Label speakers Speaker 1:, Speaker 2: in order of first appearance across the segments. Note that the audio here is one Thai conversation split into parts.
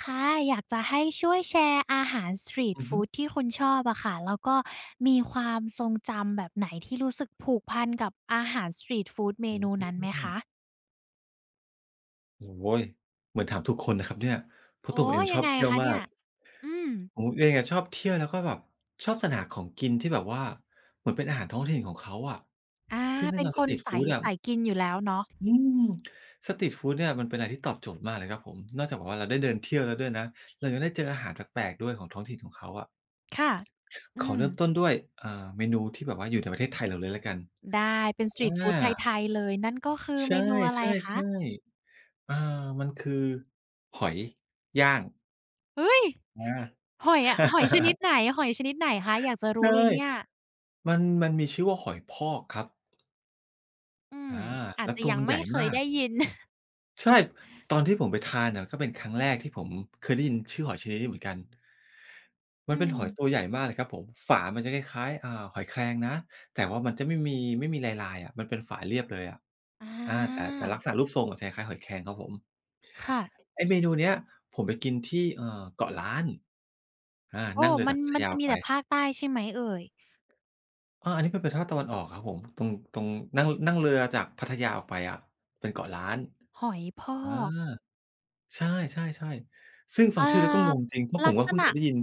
Speaker 1: ค่ะอยากจะให้ช่วยแชร์อาหารสตรีต
Speaker 2: อือฮึ
Speaker 1: ฟูดที่คุณชอบอะค่ะแล้วก็มีความทรงจำแบบไหนที่รู้สึกผูกพันกับอาหารสตรีตฟูดเม
Speaker 2: อื
Speaker 1: นูนั้นไหมคะ
Speaker 2: มโอ้โฮเหมือนถามทุกคนนะครับเนี่ยเพราะตั
Speaker 1: อ๋อ
Speaker 2: วผมเอง
Speaker 1: ยั
Speaker 2: ชอ
Speaker 1: ง
Speaker 2: บ
Speaker 1: ไง
Speaker 2: เที่ยว
Speaker 1: คะ
Speaker 2: มา
Speaker 1: เนี่ย
Speaker 2: ก
Speaker 1: อืม
Speaker 2: ผมเองอะชอบเที่ยวแล้วก็แบบชอบสรรหาของกินที่แบบว่าเหมือนเป็นอาหารท้องถิ่นของเขาอะ
Speaker 1: อา
Speaker 2: ซึ่งแน่
Speaker 1: เป็น
Speaker 2: นอน
Speaker 1: ค
Speaker 2: ส
Speaker 1: น
Speaker 2: ตรีตฟู
Speaker 1: สาย
Speaker 2: ดอะ
Speaker 1: สายกินอยู่แล้วเนาะ
Speaker 2: อืมสตรีตฟูดเนี่ยมันเป็นอะไรที่ตอบโจทย์มากเลยครับผมนอกจากแบบว่าเราได้เดินเที่ยวแล้วด้วยนะเรายังได้เจออาหารแปลกๆด้วยของท้องถิ่นของเขาอะ
Speaker 1: ค่ะอื
Speaker 2: ขอ
Speaker 1: ม
Speaker 2: เริ่มต้นด้วยเมนูที่แบบว่าอยู่ในประเทศไทยเราเลยแล้วกัน
Speaker 1: ได้เป็นสต
Speaker 2: อ
Speaker 1: รีตฟู
Speaker 2: า
Speaker 1: ดไทยๆเลยนั่นก็คือเม
Speaker 2: ใช่
Speaker 1: นูอะไรคะ
Speaker 2: ๆๆ อามันคือหอยย่าง
Speaker 1: เฮ้ย
Speaker 2: อ
Speaker 1: หอ
Speaker 2: า
Speaker 1: ยอะหอยชนิด ไหนหอยชนิดไหนคะอยากจะรู้
Speaker 2: ใช่
Speaker 1: เลยเนี่ย
Speaker 2: มันมีชื่อว่าหอยพอกครับ
Speaker 1: อืม
Speaker 2: อา
Speaker 1: อาจ
Speaker 2: แล้ว
Speaker 1: จะ
Speaker 2: ตัว
Speaker 1: ยัง
Speaker 2: มันให
Speaker 1: ไม่
Speaker 2: ญ่
Speaker 1: เคย
Speaker 2: มาก
Speaker 1: ได้ยิน
Speaker 2: ใช่ตอนที่ผมไปทานน่ะก็เป็นครั้งแรกที่ผมเคยได้ยินชื่อหอยชนิดนี้เหมือนกันมัน
Speaker 1: อื
Speaker 2: เป็น
Speaker 1: ม
Speaker 2: หอยตัวใหญ่มากเลยครับผมฝามันจะคล้ายๆหอยแครงนะแต่ว่ามันจะไม่มีลายๆอะมันเป็นฝาเรียบเลยอะ
Speaker 1: อา
Speaker 2: อาแต่ลักษณะรูปทรงอะจะคล้ายๆหอยแครงครับผม
Speaker 1: ค่ะ
Speaker 2: ไอ้เมนูเนี้ยผมไปกินที่เกาะล้านอา
Speaker 1: โอ้
Speaker 2: นั่งเรือ
Speaker 1: มัน
Speaker 2: จากพัท
Speaker 1: มัน
Speaker 2: ยา
Speaker 1: จะ
Speaker 2: ออก
Speaker 1: มี
Speaker 2: ไป
Speaker 1: แต่ภาคใต้ใช่ไหมเอ่ย
Speaker 2: อาอันนี้มันเป็นภาคตะวันออกครับผมตรงนั่งนั่งเรือจากพัทยาออกไปอะเป็นเกาะล้าน
Speaker 1: หอยพอ
Speaker 2: อา
Speaker 1: ก
Speaker 2: ใช่ๆๆซึ่ง
Speaker 1: อ
Speaker 2: ฟังชื่อแล้วก็งง
Speaker 1: า
Speaker 2: จริงเพราะผ
Speaker 1: ลั
Speaker 2: ม
Speaker 1: ก
Speaker 2: ก็
Speaker 1: ษ
Speaker 2: เพิ่งเค
Speaker 1: ณะ
Speaker 2: ยได้ยิน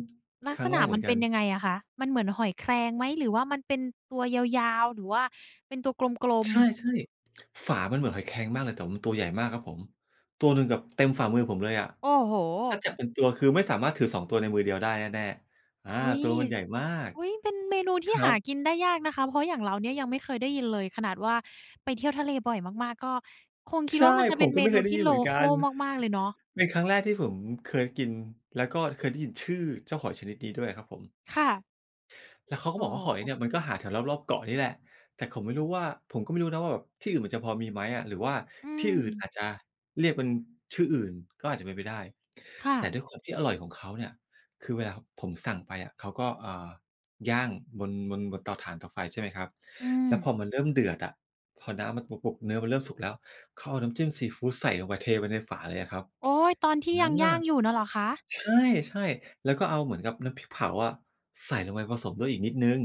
Speaker 1: ลั
Speaker 2: ค
Speaker 1: กษ
Speaker 2: รั้งแร
Speaker 1: ณะ
Speaker 2: กเห
Speaker 1: มั
Speaker 2: มือ
Speaker 1: น
Speaker 2: นกั
Speaker 1: เป็
Speaker 2: น
Speaker 1: นยังไงอะคะมันเหมือนหอยแครงไหมหรือว่ามันเป็นตัวยาวๆหรือว่าเป็นตัวกลม
Speaker 2: ใช่
Speaker 1: ๆ
Speaker 2: ๆฝามันเหมือนหอยแครงมากเลยแต่ว่ามันตัวใหญ่มากครับผมตัวหนึ่งกับเต็มฝ่ามือผมเลยอะ
Speaker 1: โอ้โฮ
Speaker 2: ถ้าจับเป็นตัวคือไม่สามารถถือ2ตัวในมือเดียวได้แน่ๆอา
Speaker 1: อุ๊ย
Speaker 2: ตัวมันใหญ่มาก
Speaker 1: อุ๊ยเป็นเมนู
Speaker 2: ค
Speaker 1: ที่
Speaker 2: รั
Speaker 1: หา
Speaker 2: บ
Speaker 1: กินได้ยากนะคะ เพราะอย่างเราเนี่ยยังไม่เคยได้ยินเลยขนาดว่าไปเที่ยวทะเลบ่อยมากๆก็คงคิดว่า
Speaker 2: ใช่
Speaker 1: มันจะ
Speaker 2: ผ
Speaker 1: เป็
Speaker 2: ม
Speaker 1: น
Speaker 2: ก็
Speaker 1: เม
Speaker 2: ไม่เค
Speaker 1: นู
Speaker 2: ยได้
Speaker 1: ที่
Speaker 2: ยินเหมือนกัน
Speaker 1: local มากๆเลยเนาะ
Speaker 2: เป็นครั้งแรกที่ผมเคยกินแล้วก็เคยได้ยินชื่อเจ้าหอยชนิดนี้ด้วยครับผม
Speaker 1: ค่ะ
Speaker 2: แล้วเขาก็
Speaker 1: โอ้
Speaker 2: บอกว่าหอย
Speaker 1: โฮ
Speaker 2: เนี่ยมันก็หาแถวรอบๆเกาะนี่แหละแต่ผมไม่รู้ว่าผมก็ไม่รู้นะว่าแบบที่อื่นมันจะพอมีไหมอะหรือว่า
Speaker 1: อื
Speaker 2: ที่อื่นอาจ
Speaker 1: ม
Speaker 2: จะเรียกเป็นชื่ออื่นก็อาจจะเป็นไปได้
Speaker 1: ค่ะ
Speaker 2: แต่ด้วยความที่อร่อยของเขาเนี่ยคือเวลาผมสั่งไปอะเขาก็ย่างบนบนเตาถ่านเตาไฟใช่ไหมครับ
Speaker 1: อืม
Speaker 2: แล้วพอมันเริ่มเดือดอะพอน้ำมันบุบๆเนื้อมันเริ่มสุกแล้วเขาเอาน้ำจิ้มซีฟูดใส่ลงไปเทไปในฝาเลยอะครับ
Speaker 1: โอ๊ยตอนที่ยั
Speaker 2: อา
Speaker 1: งย่างอยู่น่ะเหรอคะ
Speaker 2: ใช่ๆแล้วก็เอาเหมือนกับน้ำพริกเผาอะใส่ลงไปผสมด้วยอีกนิดหนึ่ง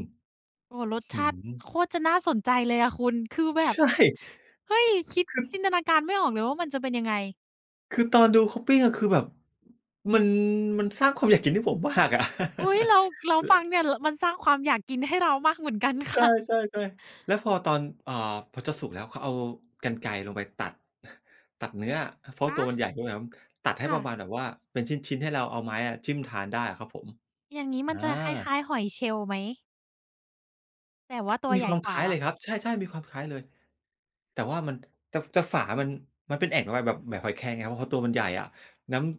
Speaker 1: โอ้โฮรส
Speaker 2: หื
Speaker 1: ชาติ
Speaker 2: อ
Speaker 1: โคตรจะน่าสนใจเลยอะคุณคือแบบ
Speaker 2: ใช่
Speaker 1: เฮ้ยคิด
Speaker 2: คื
Speaker 1: จิ
Speaker 2: อ
Speaker 1: นตนาการไม่ออกเลยว่ามันจะเป็นยังไง
Speaker 2: คือตอนดูเ o p ปิ้งอะคือแบบมันมันสร้างความอยากกินให้ผมมากอะ
Speaker 1: อุ๊ยเราฟัง
Speaker 2: ล
Speaker 1: เนี่ยรมันสร้างความอยากกินให้เรามากเหมือนกัน
Speaker 2: ใช
Speaker 1: ค่ะ
Speaker 2: ่ๆๆแล้วพอตอนอ่าพอจะสุกแล้วเขาเอากรรไกรลงไปตัดตัดเนื้ออะเพราะตั
Speaker 1: อา
Speaker 2: วมันใหญ่ใช่ไหมครับตัดให้ป
Speaker 1: ค่ะ
Speaker 2: ระมาณแบบว่า เป็นชิ้นๆให้เราเอาไม้อะจิ้มทานได้อะครับผม
Speaker 1: อย่างงี้มั
Speaker 2: อา
Speaker 1: นจะคล้ายๆหอยเชลล์ไหมแต่ว่าตัว
Speaker 2: มี
Speaker 1: ให
Speaker 2: ค
Speaker 1: ญ่
Speaker 2: วาม
Speaker 1: ก
Speaker 2: ค
Speaker 1: ว่า
Speaker 2: ล้าย
Speaker 1: เหรอ
Speaker 2: เลยครับใช่ๆมีความคล้ายเลยแต่ว่ามันแต่ฝามันมันเป็นแอ่งระบายแบบหอยแครงไงครับเพราะตัวมันใหญ่อะน้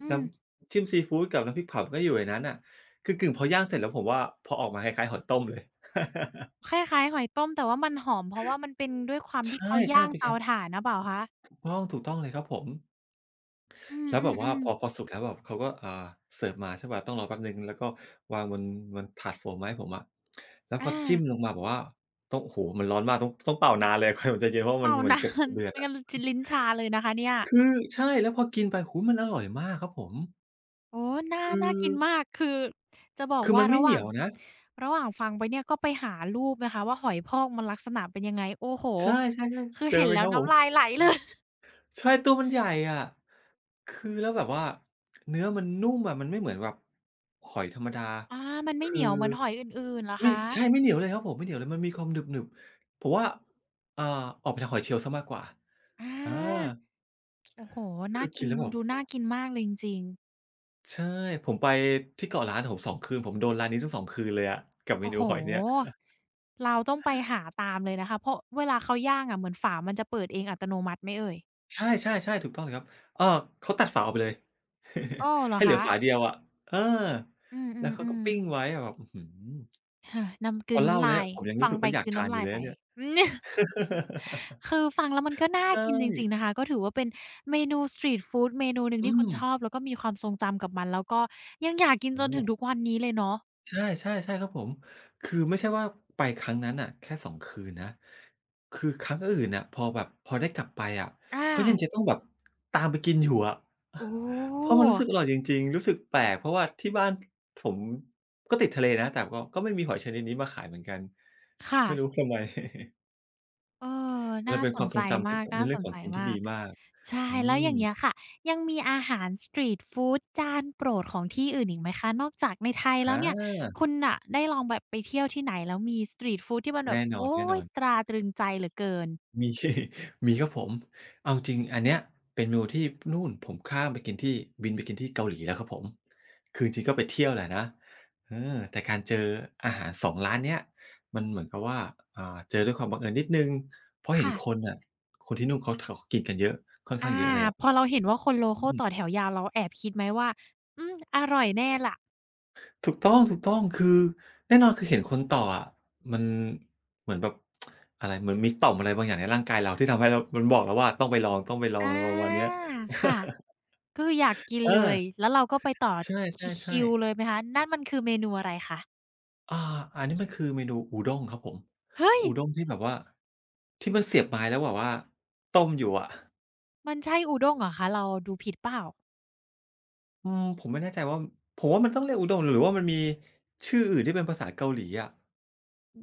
Speaker 1: อื
Speaker 2: น้
Speaker 1: ม
Speaker 2: ำจิ้มซีฟูดกับน้ำพริกเผาก็อยู่ในนั้นน่ะคือกึ่งพอย่างเสร็จแล้วผมว่าพอออกมาคล้ายๆหอยต้มเลย
Speaker 1: คล้ายๆหอยต้มแต่ว่ามันหอมเพราะว่ามันเป็นด้วยความ
Speaker 2: ใช
Speaker 1: ที่เขา
Speaker 2: ่ๆ
Speaker 1: ย่าง
Speaker 2: มันเป็น
Speaker 1: เตา
Speaker 2: การ
Speaker 1: ถ่านหรือเปล่าคะ
Speaker 2: ถูกต้องเลยครับผม
Speaker 1: อื
Speaker 2: แล้วแบบว่า
Speaker 1: ม
Speaker 2: พ
Speaker 1: ๆ
Speaker 2: อพอ
Speaker 1: ๆ
Speaker 2: สุกแล้วแบบเขาก็เสิร์ฟมาใช่เปล่าต้องรอแป๊บหนึ่งแล้วก็วางบนถาดโฟมมาให้ผมอะแล้วก็
Speaker 1: อา
Speaker 2: จิ้มลงมาแบบว่าต้องโอ้โฮมันร้อนมากต้องเป่านานเลย กว่ามันจะเย็นเพราะมั
Speaker 1: เป่า
Speaker 2: นเหมือน
Speaker 1: นา
Speaker 2: เกือบส
Speaker 1: น
Speaker 2: เดื อด
Speaker 1: ไม่
Speaker 2: อะ
Speaker 1: งั้นลจะลิ้นชาเลยนะคะเนี่ย
Speaker 2: คือใช่แล้วพอกินไปโอ้โฮมันอร่อยมากครับผม
Speaker 1: โอ้น่า
Speaker 2: คื
Speaker 1: น่า
Speaker 2: อ
Speaker 1: กินมากคือจะบอกว่า
Speaker 2: มันไม่
Speaker 1: ระห
Speaker 2: เห
Speaker 1: ว่า
Speaker 2: นี
Speaker 1: ง
Speaker 2: ยวนะ
Speaker 1: ระหว่างฟังไปเนี่ยก็ไปหารูปนะคะว่าหอยพอกมันลักษณะเป็นยังไงโอ้โฮ
Speaker 2: ใช่ๆ
Speaker 1: คือ
Speaker 2: ๆเจอ
Speaker 1: เห็น
Speaker 2: ไหม
Speaker 1: แล้ว
Speaker 2: ครับผ
Speaker 1: น้ำลาย
Speaker 2: ม
Speaker 1: ไหลเลย
Speaker 2: ใช่ตัวมันใหญ่อะคือแล้วแบบว่าเนื้อมันนุ่มอะมันไม่เหมือนแบบหอยธรรมดา
Speaker 1: อามันไม่เห
Speaker 2: คือ
Speaker 1: นียวเหมือนหอยอื่นๆเหรอ
Speaker 2: ไม่
Speaker 1: คะ
Speaker 2: ใช่ไม่เหนียวเลยครับผมไม่เหนียวเลยมันมีความหนึบๆผมว่าอ่าออกไปทางหอยเชลล์เสียมากกว่า
Speaker 1: อา
Speaker 2: อา
Speaker 1: โอ้โฮน่า
Speaker 2: คือ
Speaker 1: กิ
Speaker 2: กิน
Speaker 1: น
Speaker 2: แล้วแบบ
Speaker 1: ดูน่ากินมากเลยจริงๆ
Speaker 2: ใช่ผมไปที่เกาะล้านโอ้โฮ2คืนผมโดนร้านนี้ทั้งสองคืนเลยอะกับเม
Speaker 1: โอ้
Speaker 2: นู
Speaker 1: โฮ
Speaker 2: หอยเนี่ย
Speaker 1: เราต้องไปหาตามเลยนะคะเพราะเวลาเขาย่างอะเหมือนฝามันจะเปิดเองอัตโนมัติไหมเอ่ย
Speaker 2: ใช่ๆๆถูกต้องเลยครับเออเขาตัดฝาออกไปเลย
Speaker 1: อ้อเหร อ
Speaker 2: ให้เหลือ
Speaker 1: คะ
Speaker 2: ฝาเดียวอะเออ
Speaker 1: อื
Speaker 2: แล้วเขาก็
Speaker 1: ม
Speaker 2: ปิ้
Speaker 1: ๆ
Speaker 2: ง
Speaker 1: ๆ
Speaker 2: ไว้อะแบบอื้อฮือ
Speaker 1: เฮ้อน้ำกลื
Speaker 2: พ
Speaker 1: น
Speaker 2: อเล่า
Speaker 1: น้ำลา
Speaker 2: เนี่ย
Speaker 1: ย
Speaker 2: ผมยัง
Speaker 1: ฟั
Speaker 2: รู้
Speaker 1: ง
Speaker 2: สึก
Speaker 1: ไป
Speaker 2: ว่าอยา
Speaker 1: ก
Speaker 2: ก
Speaker 1: ลืน
Speaker 2: ทาน
Speaker 1: น้ำ
Speaker 2: อ
Speaker 1: ลา
Speaker 2: ยู่
Speaker 1: ย
Speaker 2: เลย
Speaker 1: ไป
Speaker 2: นะเนี่ย
Speaker 1: อืม คือฟังแล้วมันก็น่า
Speaker 2: ใช่
Speaker 1: กินจริงๆนะคะก็ถือว่าเป็นเมนูสตรีตฟูดเมนูหนึ่ง
Speaker 2: อื
Speaker 1: ที่คุณ
Speaker 2: ม
Speaker 1: ชอบแล้วก็มีความทรงจำกับมันแล้วก็ยังอยากกินจ
Speaker 2: โอ้
Speaker 1: นถึงทุกวันนี้เลยเนาะ
Speaker 2: ใช่ใช่ใช่ครับผมคือไม่ใช่ว่าไปครั้งนั้นน่ะแค่2คืนนะคือครั้งอื่นน่ะพอแบบพอได้กลับไปอะ
Speaker 1: อา
Speaker 2: ก็ยังจะต้องแบบตามไปกินอยู่อะ
Speaker 1: โอ้โฮ
Speaker 2: เพราะมันรู้สึกอร่อยจริงๆรู้สึกแปลกเพราะว่าที่บ้านผมก็ติดทะเลนะแต่ก็ไม่มีหอยชนิดนี้มาขายเหมือนกัน
Speaker 1: ค่ะ
Speaker 2: ไม่รู้ทำไม
Speaker 1: เออ
Speaker 2: มันเล
Speaker 1: น่า
Speaker 2: ยเป็น
Speaker 1: ส
Speaker 2: ค
Speaker 1: น
Speaker 2: วามท
Speaker 1: ใจ
Speaker 2: รงจำที่
Speaker 1: มาก
Speaker 2: แบบ
Speaker 1: น่า
Speaker 2: เป็น
Speaker 1: ส
Speaker 2: เรื่อง
Speaker 1: น
Speaker 2: ขอ
Speaker 1: ใจ
Speaker 2: งกินที่
Speaker 1: มาก
Speaker 2: ดีมาก
Speaker 1: ใช่
Speaker 2: อื
Speaker 1: แล้วอ
Speaker 2: ม
Speaker 1: ย่างเงี้ยค่ะยังมีอาหารสตรีตฟูดจานโปรดของที่อื่นอีกไหมคะนอกจากในไทย
Speaker 2: อ
Speaker 1: แล้วเนี่ย
Speaker 2: า
Speaker 1: คุณน่ะได้ลองแบบไปเที่ยวที่ไหนแล้วมีสตรีตฟูดที่มันแบบ
Speaker 2: แน่นอ
Speaker 1: โอ๊ย
Speaker 2: น
Speaker 1: ต
Speaker 2: ๆ
Speaker 1: ราตรึงใจเหลือเกิน
Speaker 2: มี มีครับผมเอาจริงอันเนี้ยเป็นเมนูที่นู่นผมข้ามไปกินที่บินไปกินที่เกาหลีแล้วครับผมคือจริงก็ไปเที่ยวแหละนะเออแต่การเจออาหาร2ร้านเนี้ยมันเหมือนกับว่าเจอด้วยความบังเอิญนิดนึงเพราะเห็น
Speaker 1: ค่ะ
Speaker 2: คนอ่ะคนที่นู่นเขากินกันเยอะค่อนข้าง
Speaker 1: อา
Speaker 2: เยอะเลยอะ
Speaker 1: พอเราเห็นว่าคนโล
Speaker 2: อื
Speaker 1: คัล
Speaker 2: ม
Speaker 1: ต่อแถวยาวเราแอบคิดไหมว่าอืมอร่อยแน่ล่ะ
Speaker 2: ถูกต้องถูกต้องคือแน่นอนคือเห็นคนต่ออะมันเหมือนแบบ อะไรเหมือนมีต่อมอะไรบางอย่างในร่างกายเราที่ทำให้เรามันบอกเราวว่าต้องไปลองๆองไปลอ
Speaker 1: อ
Speaker 2: งอะไรประมาณ
Speaker 1: า
Speaker 2: เนี้ย
Speaker 1: ค่ะก็คืออยากกิน
Speaker 2: เอ
Speaker 1: เลย
Speaker 2: อ
Speaker 1: แล้วเราก็ไปต่อ
Speaker 2: ใช
Speaker 1: คิ
Speaker 2: ่
Speaker 1: คิว
Speaker 2: ๆๆ
Speaker 1: เลยไหมคะนั่นมันคือเมนูอะไรคะ
Speaker 2: อาอันนี้มันคือเมนูอุด้งครับผม
Speaker 1: เฮ้ย
Speaker 2: อุด้งที่แบบว่าที่มันเสียบไม้แล้วแบบว่าต้มอยู่อะ
Speaker 1: มันใช่อุด้งเหรอคะเราดูผิดเปล่า
Speaker 2: อืมผมไม่แน่ใจว่าผมว่ามันต้องเรียกอุด้งหรือว่ามันมีชื่ออื่นที่เป็นภาษาเกาหลีอะ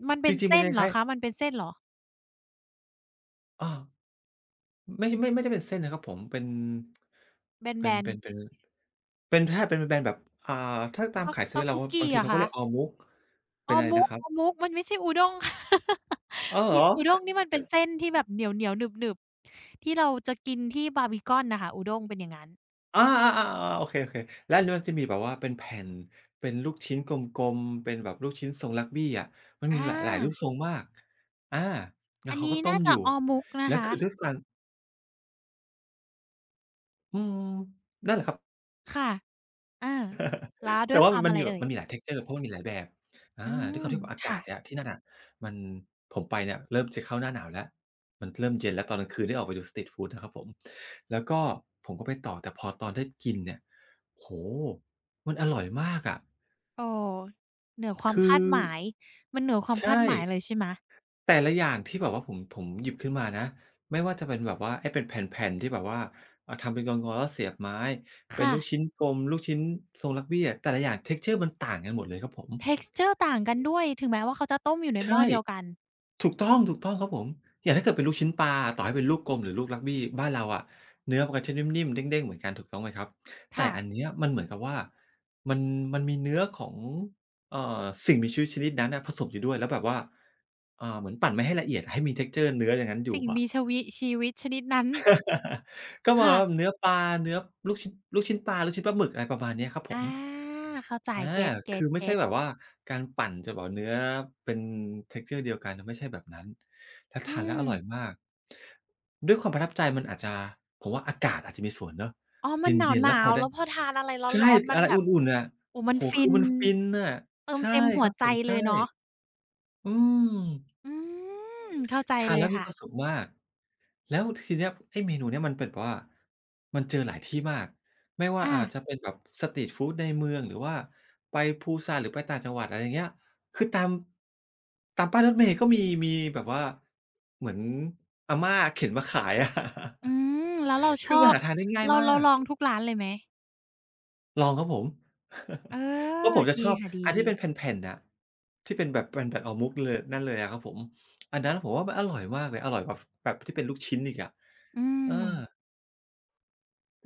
Speaker 1: มัน
Speaker 2: จ
Speaker 1: เป็น
Speaker 2: ริงๆมั
Speaker 1: เส้
Speaker 2: น
Speaker 1: น
Speaker 2: จะ
Speaker 1: เหร
Speaker 2: ค
Speaker 1: อ
Speaker 2: ล้าย
Speaker 1: คะ
Speaker 2: ๆ
Speaker 1: มันเป็นเส้นเหรอ
Speaker 2: อาไม่ไม่ไม่ได้เป็นเส้นนะครับผมเป็น
Speaker 1: แบนๆ
Speaker 2: เป็นเป็นใช่เป็นเป็นแบบอ่าถ้าตาม
Speaker 1: ต๊อก
Speaker 2: ขายเซ
Speaker 1: ต๊อ
Speaker 2: เว่
Speaker 1: ก
Speaker 2: น
Speaker 1: บ
Speaker 2: เรา
Speaker 1: กกี
Speaker 2: บาง
Speaker 1: เห
Speaker 2: ที
Speaker 1: รอ
Speaker 2: เขาก็
Speaker 1: คะ
Speaker 2: เรียกออมุ๊ก
Speaker 1: อ๋
Speaker 2: เป็
Speaker 1: อ
Speaker 2: นอะไร
Speaker 1: มุก
Speaker 2: นะครับ
Speaker 1: อ๋อมุกมันไม่ใช่อุด้ง ค่ะ
Speaker 2: อ้าว
Speaker 1: อุ
Speaker 2: เหรอ
Speaker 1: อุด้งนี่มันเป็นเส้นที่แบบเหนียวๆหนึบๆที่เราจะกินที่บาร์บีคอนน่ะค่ะอุด้งเป็นอย่างงั้น
Speaker 2: อาๆๆๆโอเคๆแล้วอันนี้มันจะมีแบบว่าเป็นแผ่นเป็นลูกชิ้นกลมๆเป็นแบบลูกชิ้นทรงรักบี้อะมัน
Speaker 1: อ
Speaker 2: มีหลายรู
Speaker 1: า
Speaker 2: ปทรงมากอาแล้ว
Speaker 1: อัน
Speaker 2: เขาก็
Speaker 1: นี้
Speaker 2: ต้
Speaker 1: น่า
Speaker 2: มอ
Speaker 1: จะ
Speaker 2: ยู่
Speaker 1: ออร์มุกนะ
Speaker 2: แล้ว
Speaker 1: คะ
Speaker 2: คือด้วยการอืมนั่นแหละครับ
Speaker 1: ค่ะอาแล้วด้
Speaker 2: แต่
Speaker 1: วย
Speaker 2: ว่า
Speaker 1: ค
Speaker 2: มั
Speaker 1: วา
Speaker 2: น
Speaker 1: ม
Speaker 2: มัน
Speaker 1: อะไร
Speaker 2: มีแบ
Speaker 1: เอ่
Speaker 2: บ
Speaker 1: ย
Speaker 2: มันมีหลาย texture เพราะมันมีหลายแบบอา
Speaker 1: อื
Speaker 2: ด้วยค
Speaker 1: ม
Speaker 2: วามที่แบบอากา
Speaker 1: ค่ะ
Speaker 2: ศเนี่ยที่นั่นน่ะมันผมไปเนี่ยเริ่มจะเข้าหน้าหนาวแล้วมันเริ่มเย็นแล้วตอนกลางคืนได้ออกไปดูสตรีตฟูดนะครับผมแล้วก็ผมก็ไปต่อแต่พอตอนได้กินเนี่ยโอ้โฮมันอร่อยมากอะ
Speaker 1: โอ้เหนือความ
Speaker 2: คือ
Speaker 1: คาดหมาย มันเหนือความคา
Speaker 2: ใช่
Speaker 1: ดหมายเลยใช่ไหม
Speaker 2: แต่ละอย่างที่แบบว่าผมหยิบขึ้นมานะไม่ว่าจะเป็นแบบว่าไอ้เป็นแผ่นๆที่แบบว่าทำเป็นงอนๆแล้วเสียบไม้เป็น
Speaker 1: ค่ะ
Speaker 2: ลูกชิ้นกลมลูกชิ้นทรงรักบี้อะแต่ละอย่าง texture มันต่างกันหมดเลยครับผม
Speaker 1: texture ต่างกันด้วยถึงแม้ว่าเขาจะต้มอยู่ในหม้อ
Speaker 2: ใช่
Speaker 1: เดียวกัน
Speaker 2: ถูกต้องถูกต้องครับผมอย่างถ้าเกิดเป็นลูกชิ้นปลาต่อให้เป็นลูกกลมหรือลูกรักบี้บ้านเราอะเนื้อมันก็จะนิ่มๆเด้งๆเหมือนกันถูกต้องไหมครับแต่
Speaker 1: ค่ะ
Speaker 2: อันเนี้ยมันเหมือนกับว่ามันมันมีเนื้อของสิ่งมีชีวิตชนิดนั้นน่ะผสมอยู่ด้วยแล้วแบบว่าเหมือนปั่นไม่ให้ละเอียดให้มี texture เนื้ออย่างนั้นอยู่
Speaker 1: สิ่ง
Speaker 2: อะ
Speaker 1: มีชวิชีวิตชนิดนั้น
Speaker 2: ก็ประมาณว่า
Speaker 1: ค่ะ
Speaker 2: เนื้อปลาเนื้อลูกชิ้นลูกชิ้นปลาหมึกอะไรประมาณเนี้ยครับผ
Speaker 1: อา
Speaker 2: ม
Speaker 1: เข้าใจ
Speaker 2: อา
Speaker 1: เก็ตๆต
Speaker 2: คือไม่
Speaker 1: เก็
Speaker 2: ใช่
Speaker 1: ต
Speaker 2: แบบว่าการปั่นจะแบบเนื้อเป็น texture เดียวกัน ไม่ใช่แบบนั้นแล้ว
Speaker 1: อื
Speaker 2: ทานแล้ว
Speaker 1: ม
Speaker 2: อร่อยมาก ด้วยความประทับใจมันอาจจะผมว่าอากาศอาจจะมีส่วนเนาะ
Speaker 1: อ๋อ
Speaker 2: เ
Speaker 1: มัน
Speaker 2: ย็น
Speaker 1: ห
Speaker 2: ๆแล้ว
Speaker 1: นา
Speaker 2: พอ
Speaker 1: วๆ
Speaker 2: ได้
Speaker 1: แล้วพอทานอะไร
Speaker 2: ใช่
Speaker 1: ร้อนๆมัน
Speaker 2: อะไร
Speaker 1: แบบ
Speaker 2: อุ่นๆน่ะ
Speaker 1: โอ้มั
Speaker 2: โอ้
Speaker 1: น
Speaker 2: โฮ
Speaker 1: ฟิ
Speaker 2: คือ
Speaker 1: น
Speaker 2: มันฟินน่ะ
Speaker 1: เติม
Speaker 2: ใช่
Speaker 1: เต็มหั
Speaker 2: ค
Speaker 1: ว
Speaker 2: รับ
Speaker 1: ใจ
Speaker 2: ผม
Speaker 1: เล
Speaker 2: ใช่
Speaker 1: ยเนาะ
Speaker 2: อืม
Speaker 1: อืมเข้าใจ
Speaker 2: ทาน
Speaker 1: เลย
Speaker 2: แล้วมี
Speaker 1: ค่ะ
Speaker 2: ความสุขมาก แล้วทีเนี้ยไอ้เมนูเนี้ยมันเป็นแบบว่ามันเจอหลายที่มากไม่ว่า
Speaker 1: อา
Speaker 2: อาจะเป็นแบบสตรีตฟูดในเมืองหรือว่าไปปูซานหรือไปต่างจังหวัดอะไรอย่างเงี้ยคือตามตามป้ายรถเมล์ก็มีมีแบบว่าเหมือนอาม่าเข็นมาขายอะ
Speaker 1: อืมแล้วเรา ช
Speaker 2: คือ
Speaker 1: อ
Speaker 2: มัน
Speaker 1: บ
Speaker 2: หาทานได้ง่าย
Speaker 1: เรา
Speaker 2: มา
Speaker 1: เรา
Speaker 2: ก
Speaker 1: ลองทุกร้านเลยไหม
Speaker 2: ลองครับผม
Speaker 1: เออ
Speaker 2: เพราะผมจะ
Speaker 1: ดี
Speaker 2: ชอบ
Speaker 1: ค่ะด
Speaker 2: อันที่
Speaker 1: ี
Speaker 2: เป็น
Speaker 1: ๆ
Speaker 2: แผ่นๆน่ะที่เป็นแบบแผ่นๆห่อมุกเลยนั่นเลยอะครับผมอันนั้นผมว่ามันอร่อยมากเลยอร่อยกว่าแบบที่เป็นลูกชิ้นอีกอะ
Speaker 1: อื
Speaker 2: เอ
Speaker 1: ม
Speaker 2: อ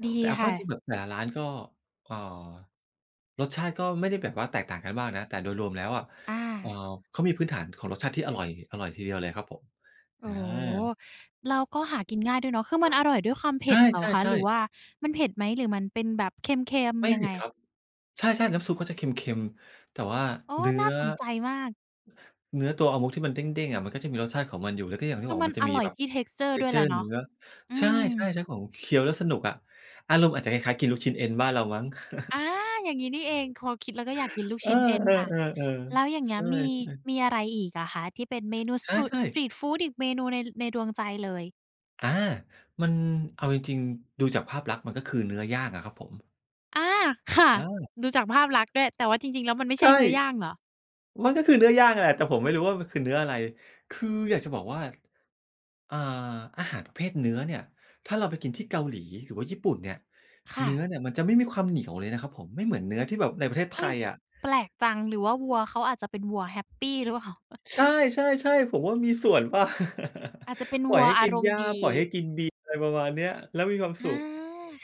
Speaker 1: ดี
Speaker 2: แต่เอาเข้า
Speaker 1: ค่ะ
Speaker 2: จริงแบบแต่ละร้านก็เอ่อรสชาติก็ไม่ได้แบบว่าแตกต่างกันมากนะแต่โดยรวมแล้วอะ
Speaker 1: อา
Speaker 2: เอ่อเขามีพื้นฐานของรสชาติที่อร่อยทีเดียวเลยครับผม
Speaker 1: โอ้
Speaker 2: อา
Speaker 1: โฮแล้วก็หากินง่ายด้วยเนาะคือมันอร่อยด้วยความเผ็ดเหรอ
Speaker 2: ใช
Speaker 1: คะห
Speaker 2: ่
Speaker 1: รือ
Speaker 2: ๆ
Speaker 1: ว่า
Speaker 2: ๆ
Speaker 1: มันเผ็ดไหมหรือมันเป็นแบบเค็ม
Speaker 2: ไม่
Speaker 1: ๆยัง
Speaker 2: ผิ
Speaker 1: ไง
Speaker 2: ดครับใช่ๆน้ำซุปก็จะเค็มๆแต่ว่า
Speaker 1: อ๋อ
Speaker 2: เนื้
Speaker 1: น่า
Speaker 2: อ
Speaker 1: สนใจมาก
Speaker 2: เนื้อตัวอามกที่มันเด้งๆอะมันก็จะมีรสชาติของมันอยู่แล้วก็อย่างที่
Speaker 1: คื
Speaker 2: บอ
Speaker 1: อ
Speaker 2: ก
Speaker 1: มัน
Speaker 2: มัน
Speaker 1: อ
Speaker 2: จะมี
Speaker 1: ร่อย
Speaker 2: แบบ
Speaker 1: ที่ texture ด้วยแหละ
Speaker 2: texture เนื้
Speaker 1: เนาะ
Speaker 2: อ
Speaker 1: อื
Speaker 2: ใช่
Speaker 1: ม
Speaker 2: ๆใช้ของเคี้ยวแล้วสนุกอะอารมณ์อาจจะคล้ายๆกินลูกชิ้นเอ็นบ้านเรามั้ง
Speaker 1: อาอย่างงี้นี่เองพอคิดแล้วก็อยากกินลูก
Speaker 2: เ
Speaker 1: ชิ้นเอ็น
Speaker 2: ออ
Speaker 1: อะ
Speaker 2: ๆ
Speaker 1: แล้ว
Speaker 2: ๆ
Speaker 1: อย่า
Speaker 2: ๆ
Speaker 1: ง
Speaker 2: ใช
Speaker 1: เงี้ยมี
Speaker 2: ่
Speaker 1: มีอะไรอีกอะคะที่เป็นเมนู
Speaker 2: ๆ
Speaker 1: สตรู
Speaker 2: ใช่
Speaker 1: สตรีต
Speaker 2: ๆ
Speaker 1: ฟูดอีกเมนูในดวงใจเลย
Speaker 2: อามันเอาจริงๆดูจากภาพลักษณ์มันก็คือเนื้อย่างอะครับผม
Speaker 1: อาค่ะ
Speaker 2: อา
Speaker 1: ดูจากภาพลักษณ์ด้วย แต่ว่าจริงๆแล้วมันไม่ใช่
Speaker 2: ใช่
Speaker 1: เนื้อย่างเหรอ
Speaker 2: มันก็คือเนื้อย่างแหละแต่ผมไม่รู้ว่ามันคือเนื้ออะไรคืออยากจะบอกว่าอ่าอาหารประเภทเนื้อเนี่ยถ้าเราไปกินที่เกาหลีหรือว่าญี่ปุ่นเนี่ย
Speaker 1: ค่ะ
Speaker 2: เนื้อเนี่ยมันจะไม่มีความเหนียวเลยนะครับผมไม่เหมือนเนื้อที่แบบในประเทศไท
Speaker 1: อุ๊ย
Speaker 2: ยอะ
Speaker 1: แปลกจัง หรือว่าวัวเขาอาจจะเป็นวัวแฮปปีหรือเปล่า
Speaker 2: ใช่ๆๆผมว่ามีส่วนเปล่า
Speaker 1: อาจจะเป็น
Speaker 2: ปล่อ
Speaker 1: วั
Speaker 2: ย
Speaker 1: ว
Speaker 2: ให้
Speaker 1: อา
Speaker 2: กิน
Speaker 1: รม
Speaker 2: ห
Speaker 1: ณ์
Speaker 2: ญ้า
Speaker 1: ดี
Speaker 2: ปล่อยให้กินบีอะไรประมาณเนี้ยแล้วมีความ
Speaker 1: อา
Speaker 2: สุข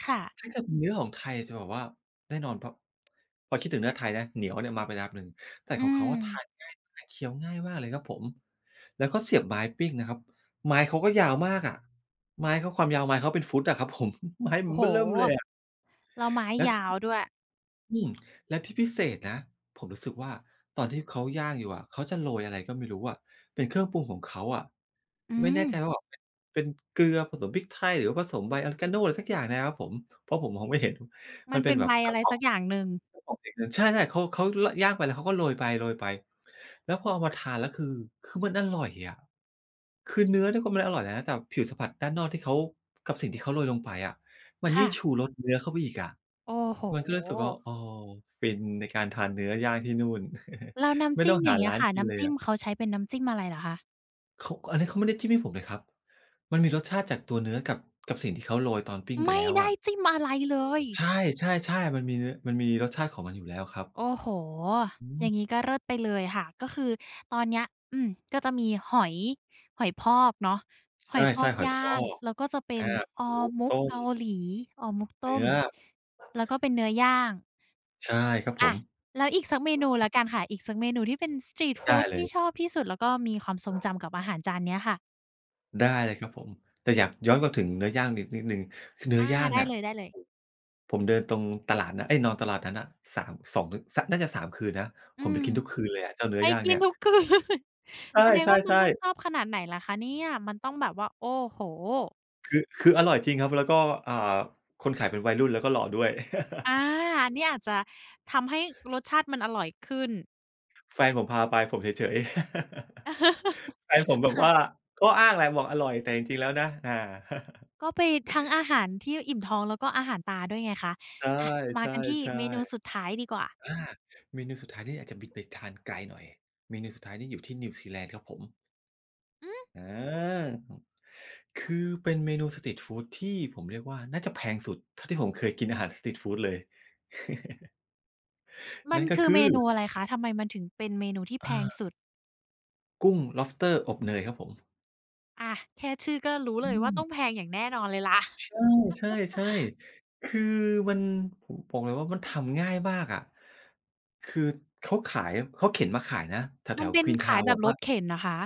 Speaker 1: ค่ะ
Speaker 2: ถ้าเกิดเป็นเนื้อของไทยจะแบบว่าแน่นอนพอคิดถึงเนื้อไทยนะเหนียวเนี่ยมาเป็นอันดับหนึ่งแต่ข
Speaker 1: อื
Speaker 2: องเขา
Speaker 1: ม
Speaker 2: อะทานง่ายมากเคี้ยวง่ายมากเลยครับผมแล้วก็เสียบไม้ปิ้งนะครับไม้เขาก็ยาวมากอะไม้เขาความยาวไม้เขาเป็นฟุตอะครับผม ไม้มั
Speaker 1: โอ้
Speaker 2: น
Speaker 1: โฮ
Speaker 2: เบ้อเริ่มเลยอะ
Speaker 1: แล้วไม้
Speaker 2: แล้ว
Speaker 1: ยา
Speaker 2: ที่
Speaker 1: ว
Speaker 2: พิ
Speaker 1: ด้วย
Speaker 2: อืมแล้วที่พิเศษนะผมรู้สึกว่าตอนที่เขาย่างอยู่อะเขาจะโรยอะไรก็ไม่รู้อะเป็นเครื่องปรุงของเขาอะ
Speaker 1: อื
Speaker 2: ไม่แน่
Speaker 1: ม
Speaker 2: ใจว่าแบบเป็นเกลือผสมพริกไทยหรือว่าผสมใบออริกาโนอะไรสักอย่างเนี่ยครับผมเพราะผมมองไม่เห็นมั
Speaker 1: มัน
Speaker 2: นเป็น
Speaker 1: เป็น
Speaker 2: แบ
Speaker 1: ใบ
Speaker 2: บก
Speaker 1: อะ
Speaker 2: ระ
Speaker 1: ไร
Speaker 2: ป๋อ
Speaker 1: สั
Speaker 2: ง
Speaker 1: กอย่างหนึ่ง
Speaker 2: กระป๋องสีเงินใช่ๆเขาลย่างไปแล้วเขาก็โรยไปโรยไปแล้วพอเอามาทานแล้วคือมันอร่อยอะคือเนื้อเนี่ยก็มันอร่อยแล้วนะแต่ผิวสัมผัสด้านนอกที่เขากับสิ่งที่เขาโรยลงไปอะ มันยิ่
Speaker 1: ค่ะ
Speaker 2: งชูรสเนื้อเข้าไปอีกอะ
Speaker 1: โอ้โฮ
Speaker 2: มันก็เลยรู้สึกว่าอ๋อฟินในการทานเนื้อย่างที่นู่น
Speaker 1: แล้ว น้ำ
Speaker 2: ไม่ต้
Speaker 1: จิ้ม
Speaker 2: อง
Speaker 1: อ
Speaker 2: หา
Speaker 1: ย่างเงี้ย
Speaker 2: ร้าน
Speaker 1: ค่ะ
Speaker 2: กินเล
Speaker 1: น้ำ
Speaker 2: ย
Speaker 1: จิ้ม
Speaker 2: อะ
Speaker 1: เขาใช้เป็นน้ำจิ้มอะไรเหรอคะ
Speaker 2: เขาอันนี้เขาไม่ได้จิ้มให้ผมเลยครับมันมีรสชาติจากตัวเนื้อกับกับสิ่งที่เขาโรยตอนปิ้งไป
Speaker 1: ไม่
Speaker 2: แล้ว
Speaker 1: ได้
Speaker 2: อะ
Speaker 1: จิ้มอะไรเลย
Speaker 2: ใช่ๆๆมันมีเนื้อมันมีรสชาติของมันอยู่แล้วครับ
Speaker 1: โอ้โฮ
Speaker 2: อื
Speaker 1: อย่า
Speaker 2: ม
Speaker 1: งงี้ก็เลิศไปเลยค่ะก็คือตอนเนี้ยอืมก็จะมีหอยหอยพอกเนาะห
Speaker 2: ใ
Speaker 1: อยพอ
Speaker 2: ช่
Speaker 1: ก
Speaker 2: ๆหอย
Speaker 1: ย่า
Speaker 2: พอ
Speaker 1: ง
Speaker 2: ก
Speaker 1: แล้วก็จะเป็น
Speaker 2: อาห
Speaker 1: อ
Speaker 2: อ
Speaker 1: อ
Speaker 2: ยนางรม
Speaker 1: มุก
Speaker 2: ต้ม
Speaker 1: เกาหลีออมุกต้
Speaker 2: เนื้
Speaker 1: ม
Speaker 2: อ
Speaker 1: แล้วก็เป็นเนื้อย่าง
Speaker 2: ใช่ครับผ
Speaker 1: อะ
Speaker 2: ม
Speaker 1: แล้วอีกสักเมนูแล้วกันค่ะอีกสักเมนูที่เป็นสตรีตฟู
Speaker 2: ได้
Speaker 1: ด
Speaker 2: เล
Speaker 1: ที่ช
Speaker 2: ย
Speaker 1: อบที่สุดแล้วก็มีความทรงจำกับอาหารจานเนี้ยค่ะ
Speaker 2: ได้เลยครับผมแต่อยากย้อนกลับถึงเนื้อย่างนิดนิดหนึ่งคือเนื้อ
Speaker 1: อา
Speaker 2: ย่าง
Speaker 1: ได้
Speaker 2: เนี่ย
Speaker 1: เลย
Speaker 2: ผมเดินตรงตลาดนะเอ๊ยนอนตลาดนั้นน่ะ3 2ถึงสน่าจะ3คืนนะ
Speaker 1: ๆอื
Speaker 2: ผมไป
Speaker 1: ม
Speaker 2: กินทุกคืนเลยอะเจ้าเนื้
Speaker 1: ไป
Speaker 2: อย่าง
Speaker 1: กิน
Speaker 2: เนี่ย
Speaker 1: ทุกคืน
Speaker 2: ใ
Speaker 1: แสดงว่ามัน
Speaker 2: ช่
Speaker 1: ต้องชอบขนาดไหนล่ะคะเนี่ยมันต้องแบบว่าโอ้โฮ
Speaker 2: ๆๆคืออร่อยจริงครับแล้วก็อ่าคนขายเป็นวัยรุ่นแล้วก็หล่อด้วย
Speaker 1: อา อันนี้อาจจะทำให้รสชาติมันอร่อยขึ้น
Speaker 2: แฟนผมพาไปผมเฉยๆ แฟนผมแบบว่า
Speaker 1: ค่ะ
Speaker 2: ก็อ้างแหละบอกอร่อยแต่จริงๆแล้วนะ
Speaker 1: ก็ไปทั้งอาหารที่อิ่มท้องแล้วก็อาหารตาด้วยไงคะ
Speaker 2: ใ
Speaker 1: อะมา
Speaker 2: ช่
Speaker 1: กันที่เมนู
Speaker 2: ๆ
Speaker 1: สุ
Speaker 2: ๆ
Speaker 1: ดท้ายดีกว่า
Speaker 2: อาเมนูสุดท้ายนี่อาจจะบินไปทานไกลหน่อยเมนูสุดท้ายนี่อยู่ที่นิวซีแลนด์ครับผม
Speaker 1: อืม
Speaker 2: อาคือเป็นเมนูสตรีตฟูดที่ผมเรียกว่าน่าจะแพงสุดเท่าที่ผมเคยกินอาหารสตรีตฟูดเลย
Speaker 1: มัน
Speaker 2: นั่นก็
Speaker 1: คือ
Speaker 2: คื
Speaker 1: เม
Speaker 2: อ
Speaker 1: นูอะไรคะทำไมมันถึงเป็นเมนูที่แพ
Speaker 2: อ่
Speaker 1: งสุ
Speaker 2: า
Speaker 1: ด
Speaker 2: กุ้ง lobster อบเนยครับผม
Speaker 1: อาแค่ชื่อก็รู้เลย
Speaker 2: อื
Speaker 1: ว่า
Speaker 2: ม
Speaker 1: ต้องแพงอย่างแน่นอนเลยล่ะ
Speaker 2: ใช่ๆๆคือมันผมบอกเลยว่ามันทำง่ายมากอะคือเขาขายเขาเข็นมาขายนะแถ
Speaker 1: มัน
Speaker 2: วๆ
Speaker 1: เป็นขาย
Speaker 2: Queenstown
Speaker 1: แบ
Speaker 2: แบ
Speaker 1: บ
Speaker 2: บ
Speaker 1: ร
Speaker 2: ว่า
Speaker 1: ถเข็นเหรอคะ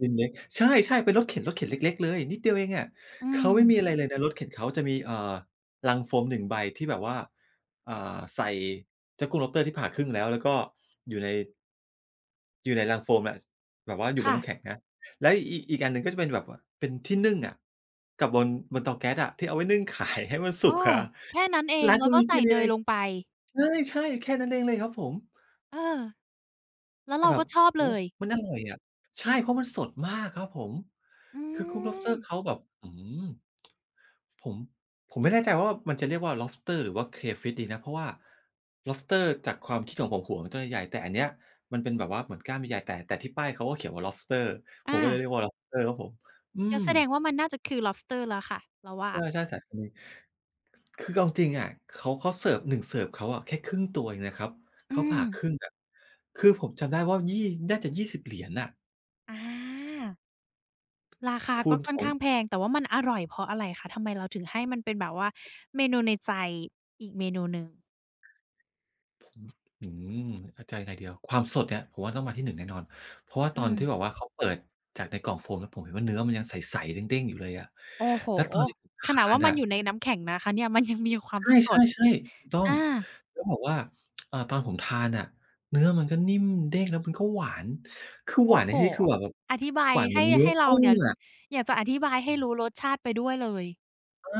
Speaker 2: ดินเล็กใช่ๆเป็นรถเข็นรถเข็นเล็กๆเลยนิดเดียวเองอะ
Speaker 1: อื
Speaker 2: เขา
Speaker 1: ม
Speaker 2: ไม่มีอะไรเลยนะรถเข็นเขาจะมีลังโฟมหนึ่งใบที่แบบว่าอ่ใส่เจ้ากุ้ง lobster ที่ผ่าครึ่งแล้วแล้วก็อยู่ในอยู่ในลังโฟมอะสแบบว่าอยู่บน
Speaker 1: ค่ะ
Speaker 2: น้ำแข็งนะแล้วอีกอันหนึ่งก็จะเป็นแบบว่าเป็นที่นึ่งอะกับบนเตาแก๊สอะที่เอาไว้นึ่งขายให้มันสุ
Speaker 1: เอ
Speaker 2: ก
Speaker 1: อ
Speaker 2: อะ
Speaker 1: แค่นั้นเอง
Speaker 2: ร้าน
Speaker 1: แล้ว
Speaker 2: ก็
Speaker 1: ก็
Speaker 2: มี
Speaker 1: ใส่
Speaker 2: แค่นี้
Speaker 1: เน
Speaker 2: เอ
Speaker 1: ย
Speaker 2: ง
Speaker 1: ลงไป
Speaker 2: ใช่ๆแค่นั้นเองเลยครับผม
Speaker 1: เออแล้ว
Speaker 2: แต่
Speaker 1: เรา
Speaker 2: แบ
Speaker 1: ก็
Speaker 2: บ
Speaker 1: ชอบเล
Speaker 2: โอ้โฮ
Speaker 1: ย
Speaker 2: มันอร่อยอะใช่เพราะมันสดมากครับผม
Speaker 1: อื
Speaker 2: คือ Cooked
Speaker 1: ม
Speaker 2: Lobster เขาแบบอื้อฮือผมผมไม่แน่ใจว่ามันจะเรียกว่า Lobster หรือว่า Crayfish ดีนะเพราะว่า Lobster จากความคิดของผมหัวมันจะใหญ่แต่อันเนี้ยมันเป็นแบบว่าเหมือนกล้ามใหญ่ๆแต่ที่ป้ายเขาก็เขียนว่า Lobster ผมก็เลย
Speaker 1: อา
Speaker 2: เรียกว่า Lobster ครับผมอื
Speaker 1: ก็
Speaker 2: ม
Speaker 1: แสดงว่ามันน่าจะคือ Lobster แล้วค่ะเราว่า
Speaker 2: ใช่ๆสายพันธุ์นี้คือเอาจริงๆอะเขาเสิร์ฟหนึ่งเสิร์ฟเขาอะแค่ครึ่งตัวเองนะครับ
Speaker 1: อื
Speaker 2: เขา
Speaker 1: ม
Speaker 2: ผ่าครึ่งอะคือผมจำได้ว่าน่าจะยสิบเหรียญน่ะ
Speaker 1: อาราคา
Speaker 2: คุ
Speaker 1: ก็
Speaker 2: ณ
Speaker 1: ค่อ
Speaker 2: ข
Speaker 1: น
Speaker 2: อง
Speaker 1: ข้างแพงแต่ว่ามันอร่อยเพราะอะไรคะทำไมเราถึงให้มันเป็นแบบว่าเมนูในใจอีกเมนูหนึ่ง
Speaker 2: อืมเอาใจอะไรเดียวความสดเนี่ยผมว่าต้องมาที่1แน่นอนเพราะว่าตอ
Speaker 1: อื
Speaker 2: น
Speaker 1: ม
Speaker 2: ที่แบบว่าเขาเปิดจากในกล่องโฟมแล้วผมเห็นว่าเนื้อมันยังใสๆเด้งๆอยู่เลยอะ
Speaker 1: โอ้โฮ
Speaker 2: แล้วตอนที่ผม
Speaker 1: ข
Speaker 2: ทา
Speaker 1: นาด
Speaker 2: น
Speaker 1: ว่ามัน
Speaker 2: อะ
Speaker 1: อยู่ในน้ำแข็งนะคะเนี่ยมันยังมีควา
Speaker 2: ใ
Speaker 1: มสด
Speaker 2: ช่ๆๆถูกต้อง
Speaker 1: อา
Speaker 2: แล้วแบบว่าตอนผมทานน่ะเนื้อมันก็นิ่มเด้งแล้วมันก็หวานคือห
Speaker 1: โอ้
Speaker 2: วานใน
Speaker 1: โฮ
Speaker 2: ที่นี้คือหวานแบบ
Speaker 1: อธิบาย
Speaker 2: หวานเหมื
Speaker 1: ให้
Speaker 2: อนเนื้อ
Speaker 1: ให้เรา
Speaker 2: กุ้ง
Speaker 1: เนี่ย
Speaker 2: อะ
Speaker 1: อยากจะอธิบายให้รู้รสชาติไปด้วยเลย
Speaker 2: อา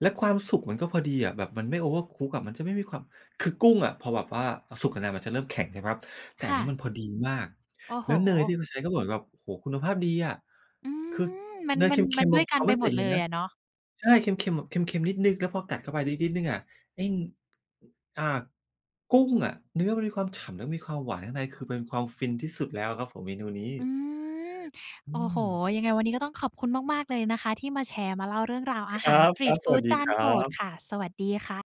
Speaker 2: แล้วความสุกมันก็พอดีอะแบบมันไม่ overcook อะมันจะไม่มีความคือกุ้งอะพอแบบว่าสุกนานๆมันจะเริ่มแข็งใช่ไหมครับแต่อัน
Speaker 1: ค่ะ
Speaker 2: นี้มันพอดีมาก
Speaker 1: โอ้โฮ
Speaker 2: แล้วเนยที่เขาใช้ก็เหมือนแบบโอ้โฮคุณภาพดีอะ
Speaker 1: อื
Speaker 2: คือ
Speaker 1: มมัน
Speaker 2: เนย
Speaker 1: มั
Speaker 2: เค
Speaker 1: นมั
Speaker 2: ็
Speaker 1: น
Speaker 2: มๆ
Speaker 1: ด้ว
Speaker 2: อะ
Speaker 1: ยกัน
Speaker 2: เขา
Speaker 1: ไป
Speaker 2: ไม่
Speaker 1: หม
Speaker 2: ใส่
Speaker 1: ด
Speaker 2: เย
Speaker 1: เล
Speaker 2: อะ
Speaker 1: ย
Speaker 2: นะ
Speaker 1: อะเนาะ
Speaker 2: ใช่เค็มๆแบบเค็มๆนิดหนึ่งแล้วพอกัดเข้าไปนิดนิดหนึ่งอะไอ้อ่ากุ้งอะเนื้อมันมีความฉ่ำแล้วมีความหวานข้างในคือเป็นความฟินที่สุดแล้วครับผมเมนูนี้
Speaker 1: อืม
Speaker 2: อื
Speaker 1: โอ้โฮ
Speaker 2: ม
Speaker 1: ยังไงวันนี้ก็ต้องขอบคุณมากๆเลยนะคะที่มาแชร์มาเล่าเรื่องราวอา
Speaker 2: ค
Speaker 1: หาร
Speaker 2: รั
Speaker 1: ส
Speaker 2: บ
Speaker 1: ตรีต
Speaker 2: ๆส
Speaker 1: ฟู
Speaker 2: วั
Speaker 1: ด
Speaker 2: สดี
Speaker 1: จา
Speaker 2: ค
Speaker 1: น
Speaker 2: รั
Speaker 1: โปรด
Speaker 2: บ
Speaker 1: ค่ะ สวัสดีค่ะ